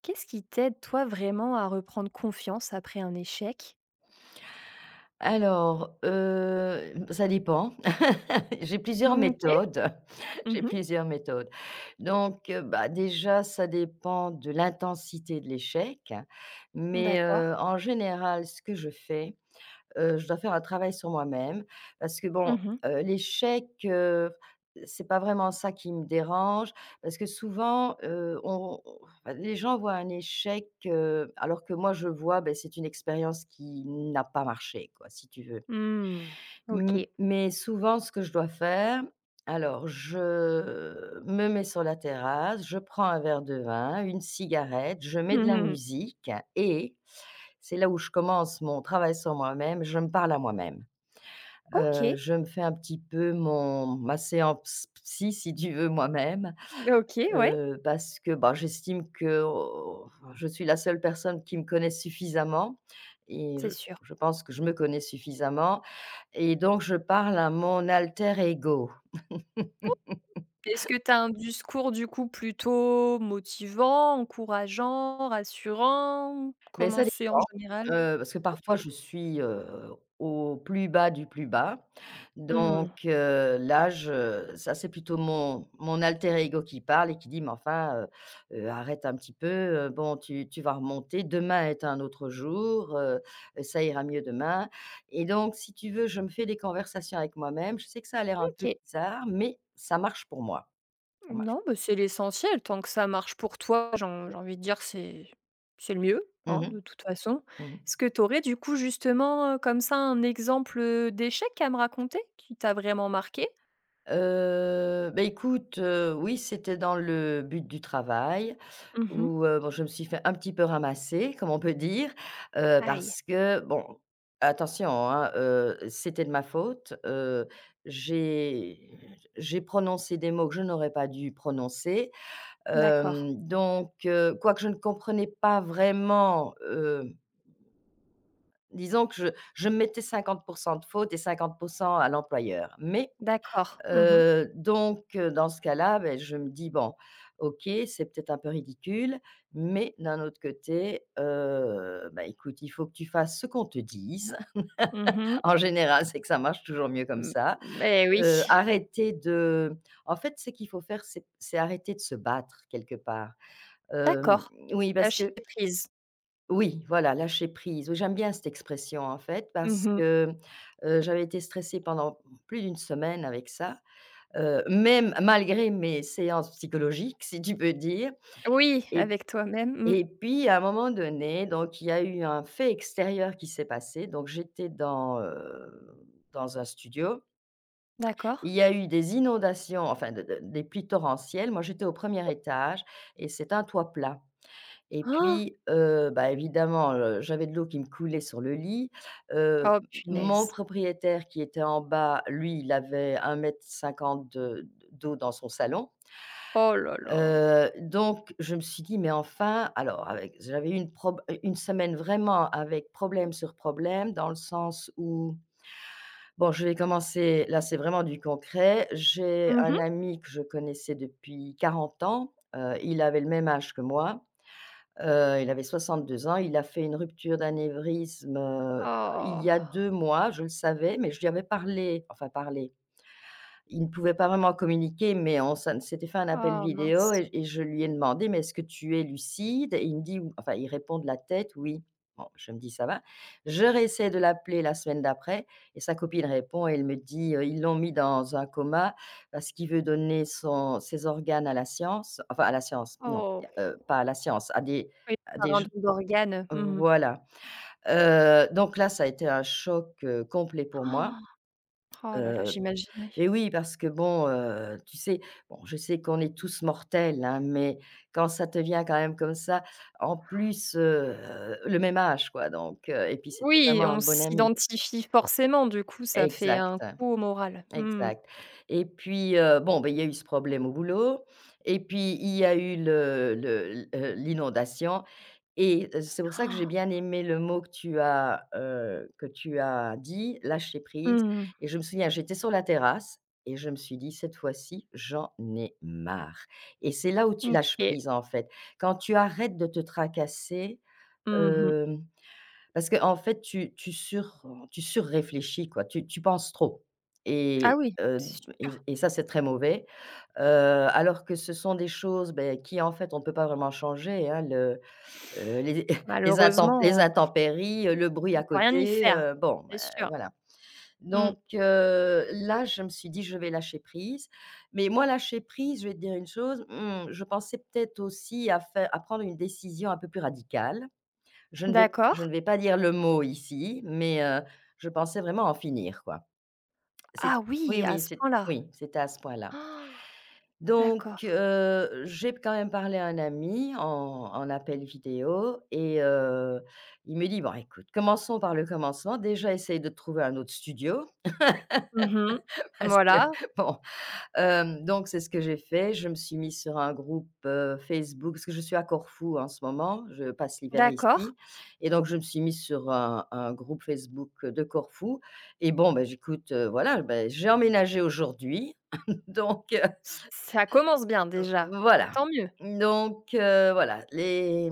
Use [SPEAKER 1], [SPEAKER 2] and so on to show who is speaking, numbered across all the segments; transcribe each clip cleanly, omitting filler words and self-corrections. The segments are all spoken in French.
[SPEAKER 1] Qu'est-ce qui t'aide, toi, vraiment à reprendre confiance après un échec?
[SPEAKER 2] Alors, ça dépend. J'ai plusieurs
[SPEAKER 1] Mmh, OK.
[SPEAKER 2] méthodes, j'ai
[SPEAKER 1] Mmh.
[SPEAKER 2] plusieurs méthodes. Donc, bah, déjà, ça dépend de l'intensité de l'échec, mais,
[SPEAKER 1] D'accord.
[SPEAKER 2] en général, ce que je fais, je dois faire un travail sur moi-même parce que bon,
[SPEAKER 1] Mmh mh.
[SPEAKER 2] l'échec, c'est pas vraiment ça qui me dérange parce que souvent, on enfin, les gens voient un échec, alors que moi je vois, ben c'est une expérience qui n'a pas marché quoi, si tu veux.
[SPEAKER 1] Mmh.
[SPEAKER 2] M
[SPEAKER 1] OK.
[SPEAKER 2] mais souvent, ce que je dois faire, alors je me mets sur la terrasse, je prends un verre de vin, une cigarette, je mets de la
[SPEAKER 1] Mmh.
[SPEAKER 2] musique et c'est là où je commence mon travail sur moi-même, je me parle à moi-même.
[SPEAKER 1] OK.
[SPEAKER 2] Je me fais un petit peu mon ma séance psy, si tu veux, moi-même,
[SPEAKER 1] OK, ouais.
[SPEAKER 2] parce que, bah, j'estime que, oh, je suis la seule personne qui me connaisse suffisamment et
[SPEAKER 1] C'est
[SPEAKER 2] je
[SPEAKER 1] sûr.
[SPEAKER 2] je pense que je me connais suffisamment et donc je parle à mon alter ego.
[SPEAKER 1] Est-ce que tu as un discours, du coup, plutôt motivant, encourageant, rassurant?
[SPEAKER 2] Mais
[SPEAKER 1] Comment
[SPEAKER 2] ça
[SPEAKER 1] c'est en
[SPEAKER 2] dépend,
[SPEAKER 1] général?
[SPEAKER 2] parce que
[SPEAKER 1] OK.
[SPEAKER 2] parfois je suis, au plus bas du plus bas. Donc
[SPEAKER 1] Mmh.
[SPEAKER 2] là je ça c'est plutôt mon alter ego qui parle et qui dit: «Mais enfin, arrête un petit peu, bon tu vas remonter, demain est un autre jour, ça ira mieux demain» et donc si tu veux, je me fais des conversations avec moi-même. Je sais que ça a l'air un peu
[SPEAKER 1] OK.
[SPEAKER 2] bizarre, mais ça marche pour moi. Ça marche.
[SPEAKER 1] Non, bah, c'est l'essentiel. Tant que ça marche pour toi, j'ai envie de dire, c'est le mieux,
[SPEAKER 2] Mmh
[SPEAKER 1] hein,
[SPEAKER 2] mh.
[SPEAKER 1] de toute façon.
[SPEAKER 2] Mmh mh.
[SPEAKER 1] Est-ce que tu aurais du coup justement, comme ça, un exemple, d'échec à me raconter qui t'a vraiment marqué?
[SPEAKER 2] Bah, écoute, oui, c'était dans le but du travail
[SPEAKER 1] Mmh.
[SPEAKER 2] où, bon, je me suis fait un petit peu ramasser, comme on peut dire,
[SPEAKER 1] Aïe,
[SPEAKER 2] parce que bon, attention, hein, c'était de ma faute, j'ai j'ai prononcé des mots que je n'aurais pas dû prononcer,
[SPEAKER 1] d'accord,
[SPEAKER 2] donc quoique je ne comprenais pas vraiment, disons que je mettais 50% de faute et 50% à l'employeur, mais
[SPEAKER 1] d'accord. Mmh mh.
[SPEAKER 2] Donc dans ce cas-là, beh, je me dis: «Bon, OK, c'est peut-être un peu ridicule, mais d'un autre côté, bah, écoute, il faut que tu fasses ce qu'on te dise».
[SPEAKER 1] Mmh mh.
[SPEAKER 2] En général, c'est que ça marche toujours mieux comme ça.
[SPEAKER 1] Mmh, eh oui,
[SPEAKER 2] Arrêter de En fait, ce qu'il faut faire, c'est arrêter de se battre quelque part. Hem,
[SPEAKER 1] d'accord.
[SPEAKER 2] oui, parce
[SPEAKER 1] Lâcher
[SPEAKER 2] que
[SPEAKER 1] prise.
[SPEAKER 2] oui, voilà, lâcher prise. Oui, j'aime bien cette expression en fait parce
[SPEAKER 1] Mmh.
[SPEAKER 2] que, j'avais été stressée pendant plus d'une semaine avec ça. Même malgré mes séances psychologiques, si tu peux dire,
[SPEAKER 1] Oui,
[SPEAKER 2] et
[SPEAKER 1] avec toi-même. Mmh.
[SPEAKER 2] puis à un moment donné, donc il y a eu un fait extérieur qui s'est passé. Donc j'étais dans, dans un studio. Il
[SPEAKER 1] D'accord.
[SPEAKER 2] y a eu des inondations, enfin de des pluies torrentielles. Moi, j'étais au premier étage et c'est un toit plat et
[SPEAKER 1] Han!
[SPEAKER 2] puis, bah, évidemment, j'avais de l'eau qui me coulait sur le lit. Heu,
[SPEAKER 1] Oh
[SPEAKER 2] Mon
[SPEAKER 1] punaise.
[SPEAKER 2] propriétaire qui était en bas, lui, il avait 1,50 m de d'eau dans son salon.
[SPEAKER 1] Oh là là.
[SPEAKER 2] Donc je me suis dit: «Mais enfin» alors avec j'avais eu une semaine vraiment avec problème sur problème dans le sens où bon, je vais commencer là, c'est vraiment du concret. J'ai
[SPEAKER 1] Mmh.
[SPEAKER 2] un ami que je connaissais depuis 40 ans, il avait le même âge que moi, il avait 62 ans, il a fait une rupture d'anévrisme, il
[SPEAKER 1] Oh.
[SPEAKER 2] y a 2 mois. Je le savais, mais je lui avais parlé, enfin parlé, il ne pouvait pas vraiment communiquer, mais on s'était fait un appel
[SPEAKER 1] Oh
[SPEAKER 2] vidéo
[SPEAKER 1] mince.
[SPEAKER 2] et je lui ai demandé: «Mais est-ce que tu es lucide?» et il me dit: «Ou» enfin, il répond de la tête: «Oui». Bon, je me dis: «Ça va». Je réessaie de l'appeler la semaine d'après et sa copine répond et elle me dit, «Ils l'ont mis dans un coma parce qu'il veut donner son ses organes à la science», enfin à la science, non,
[SPEAKER 1] Oh.
[SPEAKER 2] pas à la science,
[SPEAKER 1] Oui,
[SPEAKER 2] à
[SPEAKER 1] par
[SPEAKER 2] des
[SPEAKER 1] un
[SPEAKER 2] j
[SPEAKER 1] don d'organe, mmh.
[SPEAKER 2] voilà. Donc là, ça a été un choc, complet pour moi,
[SPEAKER 1] Oh là là,
[SPEAKER 2] heu
[SPEAKER 1] j'imagine, oui.
[SPEAKER 2] et oui, parce que bon, tu sais, bon, je sais qu'on est tous mortels, hein, mais quand ça te vient quand même comme ça, en plus, le même âge quoi, donc et puis c'était
[SPEAKER 1] Oui,
[SPEAKER 2] vraiment un
[SPEAKER 1] on
[SPEAKER 2] bon ami.
[SPEAKER 1] s'identifie forcément, du coup, ça fait
[SPEAKER 2] Exact,
[SPEAKER 1] un coup au moral. Mmh.
[SPEAKER 2] exact, et puis, bon, ben il y a eu ce problème au boulot et puis il y a eu le l l'inondation et c'est pour ça que j'ai bien aimé le mot que tu as dit: «Lâcher prise»,
[SPEAKER 1] Mmh.
[SPEAKER 2] et je me souviens, j'étais sur la terrasse et je me suis dit: «Cette fois-ci, j'en ai marre» et c'est là où tu lâches
[SPEAKER 1] OK.
[SPEAKER 2] prise, en fait. Quand tu arrêtes de te tracasser,
[SPEAKER 1] Mmh mh.
[SPEAKER 2] hem, parce qu'en fait, tu surréfléchis, quoi, tu penses trop
[SPEAKER 1] Ah
[SPEAKER 2] et
[SPEAKER 1] oui, c'est sûr.
[SPEAKER 2] et ça, c'est très mauvais, alors que ce sont des choses, beh, qui, en fait, on ne peut pas vraiment changer, hein. Le Les les
[SPEAKER 1] Malheureusement,
[SPEAKER 2] intempéries, le bruit
[SPEAKER 1] on
[SPEAKER 2] à
[SPEAKER 1] peut rien y
[SPEAKER 2] côté,
[SPEAKER 1] faire,
[SPEAKER 2] bon,
[SPEAKER 1] c'est
[SPEAKER 2] bah,
[SPEAKER 1] sûr.
[SPEAKER 2] voilà.
[SPEAKER 1] Mmh.
[SPEAKER 2] Donc là, je me suis dit: «Je vais lâcher prise». Mais moi, lâcher prise, je vais te dire une chose, je pensais peut-être aussi à faire, à prendre une décision un peu plus radicale. Je ne vais
[SPEAKER 1] D'accord.
[SPEAKER 2] je ne vais pas dire le mot ici, mais je pensais vraiment en finir, quoi. C'est
[SPEAKER 1] Ah
[SPEAKER 2] Oui,
[SPEAKER 1] oui, à
[SPEAKER 2] oui,
[SPEAKER 1] ce
[SPEAKER 2] c'est
[SPEAKER 1] point-là.
[SPEAKER 2] oui, c'était à ce point-là. Donc,
[SPEAKER 1] D'accord.
[SPEAKER 2] j'ai quand même parlé à un ami en appel vidéo et il me dit: «Bon écoute, commençons par le commencement. Déjà essaye de trouver un autre studio».
[SPEAKER 1] Mmh mh.
[SPEAKER 2] Parce que
[SPEAKER 1] Voilà,
[SPEAKER 2] bon, donc c'est ce que j'ai fait. Je me suis mise sur un groupe, Facebook, parce que je suis à Corfou en ce moment, je passe l'hiver
[SPEAKER 1] d'accord.
[SPEAKER 2] ici, et donc je me suis mise sur un groupe Facebook de Corfou et bon, ben j'écoute, voilà, beh, j'ai emménagé aujourd'hui donc
[SPEAKER 1] Ç Ça commence bien déjà,
[SPEAKER 2] voilà.
[SPEAKER 1] tant mieux.
[SPEAKER 2] Donc voilà, les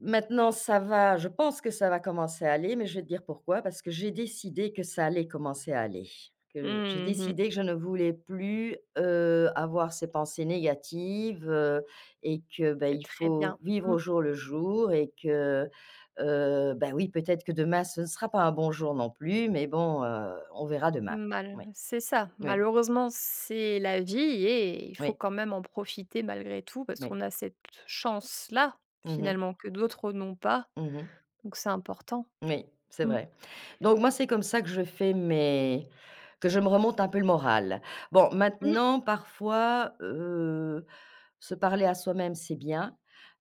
[SPEAKER 2] maintenant ça va, je pense que ça va commencer à aller, mais je vais te dire pourquoi: parce que j'ai décidé que ça allait commencer à aller, que j'ai
[SPEAKER 1] Mmh mh.
[SPEAKER 2] décidé que je ne voulais plus, avoir ces pensées négatives, et que, bah,
[SPEAKER 1] C'est
[SPEAKER 2] il
[SPEAKER 1] très
[SPEAKER 2] faut
[SPEAKER 1] bien.
[SPEAKER 2] vivre
[SPEAKER 1] Mmh.
[SPEAKER 2] au jour le jour et que, bah, oui, peut-être que demain ce ne sera pas un bon jour non plus, mais bon, on verra demain.
[SPEAKER 1] Mal
[SPEAKER 2] Oui,
[SPEAKER 1] C'est ça.
[SPEAKER 2] oui,
[SPEAKER 1] Malheureusement, c'est la vie et il faut
[SPEAKER 2] oui,
[SPEAKER 1] quand même en profiter malgré tout parce
[SPEAKER 2] oui.
[SPEAKER 1] qu'on a cette chance-là,
[SPEAKER 2] Mmh mh.
[SPEAKER 1] finalement, que d'autres n'ont pas,
[SPEAKER 2] Mmh.
[SPEAKER 1] donc c'est important.
[SPEAKER 2] Oui, c'est
[SPEAKER 1] Mmh.
[SPEAKER 2] vrai. Donc moi, c'est comme ça que je fais mes que je me remonte un peu le moral. Bon,
[SPEAKER 1] Mmh.
[SPEAKER 2] maintenant, parfois, se parler à soi-même, c'est bien.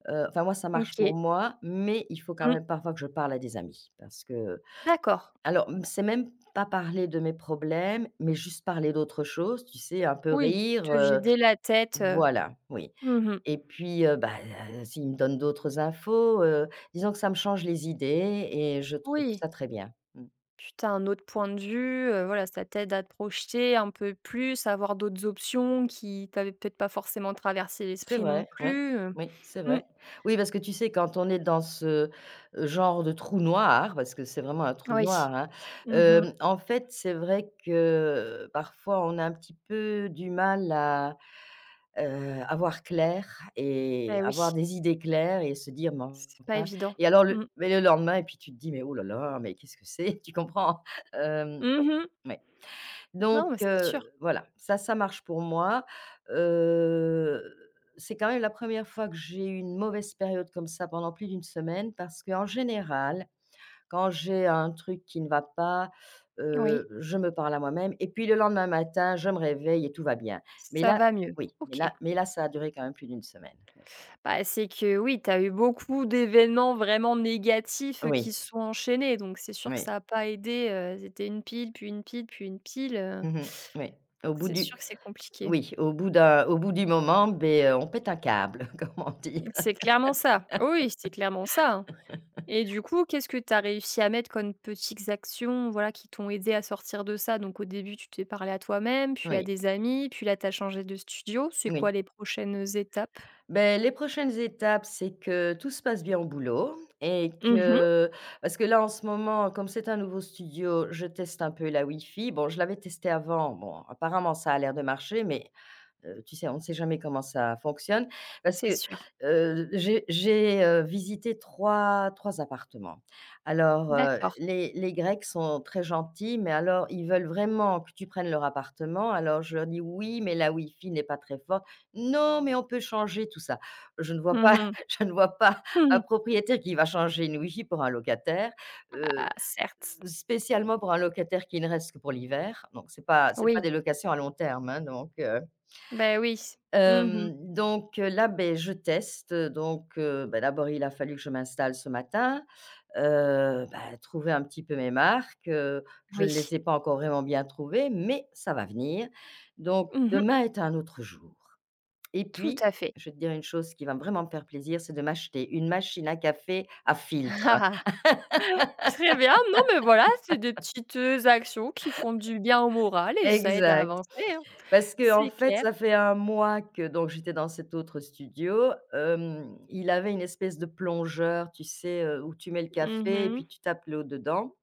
[SPEAKER 2] Enfin moi, ça marche pour
[SPEAKER 1] OK.
[SPEAKER 2] moi, mais il faut quand
[SPEAKER 1] Mmh.
[SPEAKER 2] même parfois que je parle à des amis parce que,
[SPEAKER 1] D'accord.
[SPEAKER 2] alors, c'est même pas parler de mes problèmes, mais juste parler d'autre chose, tu sais, un peu
[SPEAKER 1] Oui,
[SPEAKER 2] rire,
[SPEAKER 1] te vider la tête,
[SPEAKER 2] voilà, oui,
[SPEAKER 1] mmh.
[SPEAKER 2] et puis, bah, s'il me donne d'autres infos, disons que ça me change les idées et je trouve
[SPEAKER 1] Oui,
[SPEAKER 2] ça très bien. Mmh.
[SPEAKER 1] puis tu as un autre point de vue, voilà, ça t'aide à te projeter un peu plus, à voir d'autres options qui t'avaient peut-être pas forcément traversé
[SPEAKER 2] C'est
[SPEAKER 1] l'esprit non
[SPEAKER 2] vrai, oui,
[SPEAKER 1] plus.
[SPEAKER 2] oui, c'est
[SPEAKER 1] Mmh,
[SPEAKER 2] vrai. Oui, parce que tu sais, quand on est dans ce genre de trou noir, parce que c'est vraiment un trou
[SPEAKER 1] oui.
[SPEAKER 2] noir, hein,
[SPEAKER 1] Mmh mh.
[SPEAKER 2] en fait, c'est vrai que parfois on a un petit peu du mal à. Avoir clair et
[SPEAKER 1] Bah oui.
[SPEAKER 2] avoir des idées claires et se dire: «Mais
[SPEAKER 1] C'est pas
[SPEAKER 2] enfin»,
[SPEAKER 1] évident.
[SPEAKER 2] et alors le,
[SPEAKER 1] Mmh.
[SPEAKER 2] mais le lendemain et puis tu te dis: «Mais oh là là, mais qu'est-ce que c'est?» Tu comprends? Ouais,
[SPEAKER 1] Mmh.
[SPEAKER 2] ouais.
[SPEAKER 1] Non,
[SPEAKER 2] Donc
[SPEAKER 1] mais c'est sûr.
[SPEAKER 2] voilà, ça marche pour moi. Heu, c'est quand même la première fois que j'ai eu une mauvaise période comme ça pendant plus d'une semaine, parce qu'en général quand j'ai un truc qui ne va pas,
[SPEAKER 1] Oui,
[SPEAKER 2] je me parle à moi-même et puis le lendemain matin, je me réveille et tout va bien. Mais
[SPEAKER 1] ça
[SPEAKER 2] là,
[SPEAKER 1] va mieux.
[SPEAKER 2] oui, mais
[SPEAKER 1] OK.
[SPEAKER 2] là, ça a duré quand même plus d'une semaine, oui.
[SPEAKER 1] Bah, c'est que oui, tu as eu beaucoup d'événements vraiment négatifs,
[SPEAKER 2] Oui,
[SPEAKER 1] qui se sont enchaînés, donc c'est sûr que
[SPEAKER 2] oui.
[SPEAKER 1] ça a pas aidé, c'était une pile, puis une pile, puis une pile,
[SPEAKER 2] Mmh mh, oui. Au bout
[SPEAKER 1] c'est
[SPEAKER 2] du
[SPEAKER 1] sûr que c'est compliqué.
[SPEAKER 2] Oui, au bout du moment, beh, on pète un câble, comme on dit.
[SPEAKER 1] C'est clairement ça. Oui, c'est clairement ça, hein. Et du coup, qu'est-ce que tu as réussi à mettre comme petites actions, voilà, qui t'ont aidé à sortir de ça? Donc au début, tu t'es parlé à toi-même, puis à
[SPEAKER 2] Oui,
[SPEAKER 1] des amis, puis là, tu as changé de studio. C'est quoi
[SPEAKER 2] oui.
[SPEAKER 1] les prochaines étapes?
[SPEAKER 2] Ben les prochaines étapes, c'est que tout se passe bien au boulot, et
[SPEAKER 1] Mmh.
[SPEAKER 2] que, parce que là, en ce moment, comme c'est un nouveau studio, je teste un peu la Wi-Fi. Bon, je l'avais testé avant. Bon, apparemment, ça a l'air de marcher, mais. Tu sais, on sait jamais comment ça fonctionne parce
[SPEAKER 1] C'est
[SPEAKER 2] que,
[SPEAKER 1] sûr.
[SPEAKER 2] j'ai, visité 3 appartements. Alors,
[SPEAKER 1] D'accord.
[SPEAKER 2] les Grecs sont très gentils, mais alors ils veulent vraiment que tu prennes leur appartement. Alors je leur dis: «Oui, mais la wifi n'est pas très forte». «Non, mais on peut changer tout ça». Je ne vois
[SPEAKER 1] Mmh
[SPEAKER 2] pas
[SPEAKER 1] mh.
[SPEAKER 2] je ne vois pas un
[SPEAKER 1] Mmh.
[SPEAKER 2] propriétaire qui va changer une wifi pour un locataire, heu,
[SPEAKER 1] Ah certes.
[SPEAKER 2] spécialement pour un locataire qui ne reste que pour l'hiver. Donc c'est pas des
[SPEAKER 1] Oui,
[SPEAKER 2] locations à long terme, hein, donc
[SPEAKER 1] ben oui. Mmh.
[SPEAKER 2] Hem, donc là, ben je teste, bah, d'abord, il a fallu que je m'installe ce matin, bah, trouver un petit peu mes marques, je
[SPEAKER 1] Oui.
[SPEAKER 2] ne les ai pas encore vraiment bien trouvées, mais ça va venir. Donc
[SPEAKER 1] Mmh.
[SPEAKER 2] demain est un autre jour et
[SPEAKER 1] Tout
[SPEAKER 2] puis,
[SPEAKER 1] à fait.
[SPEAKER 2] je vais te dire une chose qui va vraiment me faire plaisir, c'est de m'acheter une machine à café à filtre.
[SPEAKER 1] Très bien. Non, mais voilà, c'est des petites, actions qui font du bien au moral et ça aide à
[SPEAKER 2] Exact.
[SPEAKER 1] avancer, hein.
[SPEAKER 2] Parce que en
[SPEAKER 1] C'est
[SPEAKER 2] fait,
[SPEAKER 1] clair.
[SPEAKER 2] ça fait un mois que donc j'étais dans cet autre studio, il avait une espèce de plongeur, tu sais, où tu mets le café et
[SPEAKER 1] Mmh.
[SPEAKER 2] puis tu tapes l'eau dedans.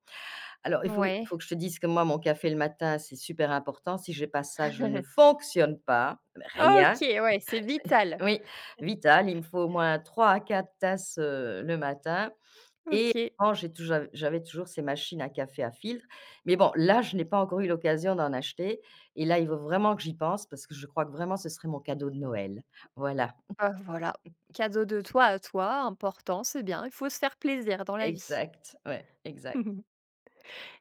[SPEAKER 2] Alors il faut il
[SPEAKER 1] Ouais.
[SPEAKER 2] faut que je te dise que moi, mon café le matin, c'est super important. Si j'ai pas ça, je ne fonctionne pas, rien.
[SPEAKER 1] OK, ouais, c'est vital.
[SPEAKER 2] Oui, vital, il me faut au moins 3 à 4 tasses, le matin et
[SPEAKER 1] OK.
[SPEAKER 2] avant, j'avais toujours ces machines à café à filtre, mais bon, là, je n'ai pas encore eu l'occasion d'en acheter et là, il faut vraiment que j'y pense parce que je crois que vraiment ce serait mon cadeau de Noël. Voilà,
[SPEAKER 1] Bah, voilà, cadeau de toi à toi, important, c'est bien, il faut se faire plaisir dans la vie.
[SPEAKER 2] exact, ouais, exact.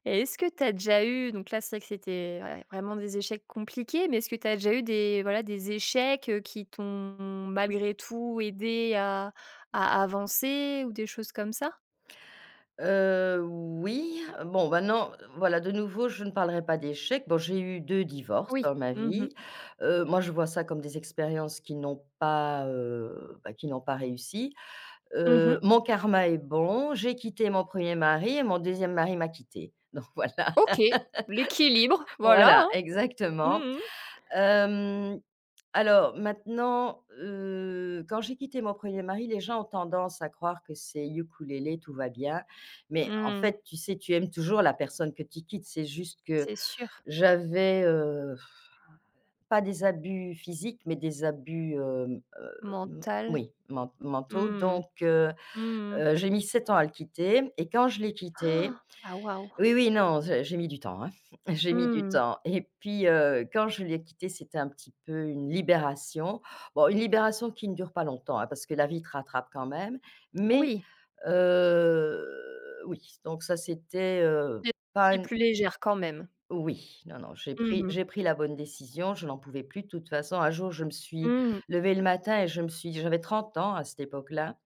[SPEAKER 1] Et est-ce que tu as déjà eu donc là, c'est vrai que c'était ouais, vraiment des échecs compliqués, mais est-ce que tu as déjà eu des voilà, des échecs, qui t'ont malgré tout aidé à avancer ou des choses comme ça?
[SPEAKER 2] Oui, bon, bah, non, voilà, de nouveau, je ne parlerai pas d'échecs. Bon, j'ai eu 2 divorces
[SPEAKER 1] Oui.
[SPEAKER 2] dans ma
[SPEAKER 1] Mmh mh.
[SPEAKER 2] vie. Moi, je vois ça comme des expériences qui n'ont pas, bah, qui n'ont pas réussi.
[SPEAKER 1] Mmh.
[SPEAKER 2] Mon karma est bon, j'ai quitté mon premier mari et mon deuxième mari m'a quittée, donc voilà.
[SPEAKER 1] OK, l'équilibre, voilà,
[SPEAKER 2] Voilà,
[SPEAKER 1] hein. Mmh
[SPEAKER 2] exactement.
[SPEAKER 1] mh.
[SPEAKER 2] Hem, alors maintenant, quand j'ai quitté mon premier mari, les gens ont tendance à croire que c'est ukulélé, tout va bien. Mais en
[SPEAKER 1] Mmh,
[SPEAKER 2] fait, tu sais, tu aimes toujours la personne que tu quittes. C'est juste que
[SPEAKER 1] c'est sûr.
[SPEAKER 2] j'avais, pas des abus physiques, mais des abus, hem, m
[SPEAKER 1] Mental.
[SPEAKER 2] oui, mentaux.
[SPEAKER 1] Mmh. Mmh.
[SPEAKER 2] J'ai mis 7 ans à le quitter et quand je l'ai quitté
[SPEAKER 1] Ah, Ah, waouh!
[SPEAKER 2] oui, oui, non, j'ai mis du temps, hein. J'ai mis du
[SPEAKER 1] Mmh.
[SPEAKER 2] temps et puis, quand je l'ai quitté, c'était un petit peu une libération. Bon, une libération qui ne dure pas longtemps, hein, parce que la vie te rattrape quand même, mais,
[SPEAKER 1] Oui,
[SPEAKER 2] oui, donc ça, c'était,
[SPEAKER 1] tu
[SPEAKER 2] pas
[SPEAKER 1] es
[SPEAKER 2] une
[SPEAKER 1] plus légère quand même.
[SPEAKER 2] oui, non, non, j'ai
[SPEAKER 1] Mmh
[SPEAKER 2] pris
[SPEAKER 1] mh.
[SPEAKER 2] j'ai pris la bonne décision, je n'en pouvais plus. De toute façon, un jour, je me suis
[SPEAKER 1] Mmh.
[SPEAKER 2] levée le matin et je me suis dit, j'avais 30 ans à cette époque-là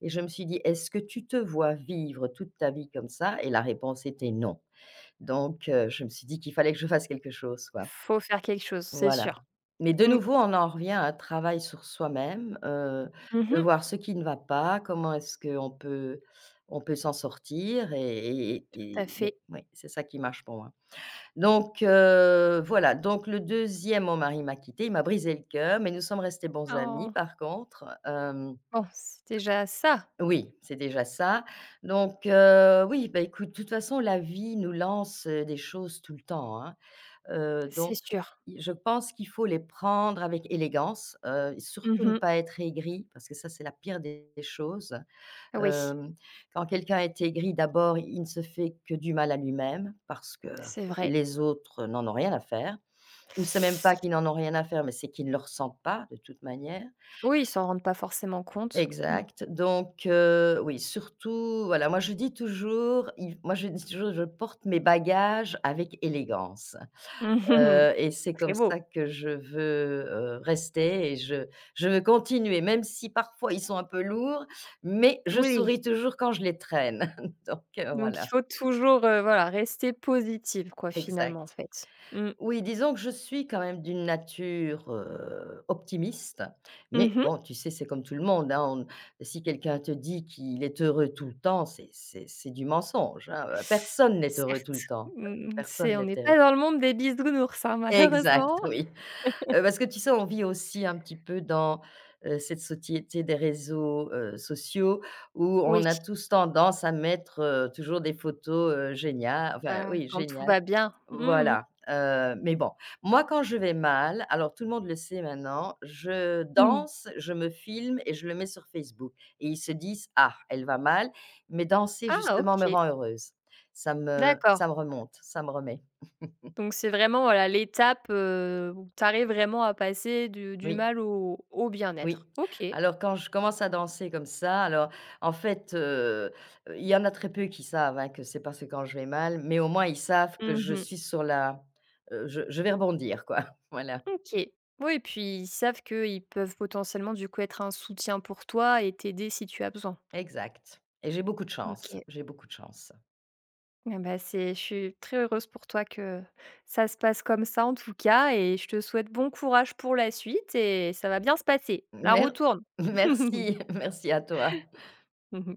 [SPEAKER 2] et je me suis dit: «Est-ce que tu te vois vivre toute ta vie comme ça?» et la réponse était: «Non». Donc je me suis dit qu'il fallait que je fasse quelque chose, quoi.
[SPEAKER 1] Faut faire quelque chose, c'est
[SPEAKER 2] Voilà.
[SPEAKER 1] sûr.
[SPEAKER 2] Mais de
[SPEAKER 1] Mmh.
[SPEAKER 2] nouveau, on en revient à un travail sur soi-même,
[SPEAKER 1] Mmh
[SPEAKER 2] de
[SPEAKER 1] mh.
[SPEAKER 2] voir ce qui ne va pas, comment est-ce qu'on peut s'en sortir et et
[SPEAKER 1] Tout à
[SPEAKER 2] et oui,
[SPEAKER 1] fait.
[SPEAKER 2] oui, c'est ça qui marche pour moi. Donc voilà, donc le deuxième, mon mari m'a quittée, il m'a brisé le cœur, mais nous sommes restés bons amis
[SPEAKER 1] Oh!
[SPEAKER 2] par contre,
[SPEAKER 1] Bon, c'est déjà ça,
[SPEAKER 2] oui, c'est déjà ça. Donc oui, bah, écoute, de toute façon la vie nous lance, des choses tout le temps, hein.
[SPEAKER 1] c'est
[SPEAKER 2] Donc
[SPEAKER 1] sûr.
[SPEAKER 2] i je pense qu'il faut les prendre avec élégance,
[SPEAKER 1] Mmh
[SPEAKER 2] surtout ne
[SPEAKER 1] mh.
[SPEAKER 2] pas être aigri parce que ça, c'est la pire des choses.
[SPEAKER 1] Oui,
[SPEAKER 2] Hem, quand quelqu'un est aigri, d'abord, il ne se fait que du mal à lui-même parce que
[SPEAKER 1] c'est vrai.
[SPEAKER 2] les autres n'en ont rien à faire ou c'est même pas qu'ils n'en ont rien à faire, mais c'est qu'ils ne le ressentent pas de toute manière.
[SPEAKER 1] Oui, ils s'en rendent pas forcément compte. Mmh.
[SPEAKER 2] Exact, donc oui, surtout, voilà, moi, je dis toujours: «Je porte mes bagages avec élégance».
[SPEAKER 1] Mmh mh mh.
[SPEAKER 2] Et c'est
[SPEAKER 1] Très
[SPEAKER 2] comme
[SPEAKER 1] beau.
[SPEAKER 2] ça que je veux, rester et je veux continuer, même si parfois ils sont un peu lourds, mais je
[SPEAKER 1] Oui,
[SPEAKER 2] souris toujours quand je les traîne. Donc
[SPEAKER 1] donc il
[SPEAKER 2] voilà,
[SPEAKER 1] faut toujours, voilà, rester positive quoi, finalement, en
[SPEAKER 2] exact.
[SPEAKER 1] fait. Mmh.
[SPEAKER 2] Oui, disons que je suis quand même d'une nature, optimiste, mais
[SPEAKER 1] Mmh mh.
[SPEAKER 2] bon, tu sais, c'est comme tout le monde, hein, on si quelqu'un te dit qu'il est heureux tout le temps, c'est du mensonge, hein, personne n'est heureux tout le
[SPEAKER 1] Certes,
[SPEAKER 2] temps,
[SPEAKER 1] mmh
[SPEAKER 2] personne
[SPEAKER 1] c'est on
[SPEAKER 2] n'est
[SPEAKER 1] n'est
[SPEAKER 2] heureux
[SPEAKER 1] pas dans le monde des bisounours, hein,
[SPEAKER 2] exact,
[SPEAKER 1] malheureusement.
[SPEAKER 2] oui. Parce que tu sais, on vit aussi un petit peu dans, cette société des réseaux, sociaux où
[SPEAKER 1] Oui,
[SPEAKER 2] on a tous tendance à mettre, toujours des photos, géniales enfin
[SPEAKER 1] bah,
[SPEAKER 2] oui,
[SPEAKER 1] quand tout
[SPEAKER 2] géniales.
[SPEAKER 1] va bien. Mmh mh.
[SPEAKER 2] Voilà, mais bon, moi quand je vais mal, alors tout le monde le sait maintenant, je
[SPEAKER 1] Mmh.
[SPEAKER 2] danse, je me filme et je le mets sur Facebook et ils se disent: «Ah, elle va mal, mais danser
[SPEAKER 1] Ah
[SPEAKER 2] justement me
[SPEAKER 1] OK,
[SPEAKER 2] rend heureuse». Ça me ça
[SPEAKER 1] d'accord.
[SPEAKER 2] me remonte, ça me remet.
[SPEAKER 1] Donc c'est vraiment, voilà, l'étape, où tu arrives vraiment à passer du
[SPEAKER 2] Oui.
[SPEAKER 1] mal au
[SPEAKER 2] Oui.
[SPEAKER 1] bien-être. OK.
[SPEAKER 2] Alors quand je commence à danser comme ça, alors en fait, il y en a très peu qui savent, hein, que c'est parce que quand je vais mal, mais au moins ils savent que
[SPEAKER 1] Mmh
[SPEAKER 2] je
[SPEAKER 1] mh.
[SPEAKER 2] suis sur la je vais rebondir quoi. Voilà,
[SPEAKER 1] OK. Oui et puis ils savent qu'ils peuvent potentiellement, du coup, être un soutien pour toi et t'aider si tu as besoin.
[SPEAKER 2] exact et j'ai beaucoup de chance,
[SPEAKER 1] OK.
[SPEAKER 2] j'ai beaucoup de chance.
[SPEAKER 1] Eh bah, c'est je suis très heureuse pour toi que ça se passe comme ça, en tout cas et je te souhaite bon courage pour la suite et ça va bien se passer. La roue
[SPEAKER 2] Mer
[SPEAKER 1] tourne.
[SPEAKER 2] merci, merci à toi.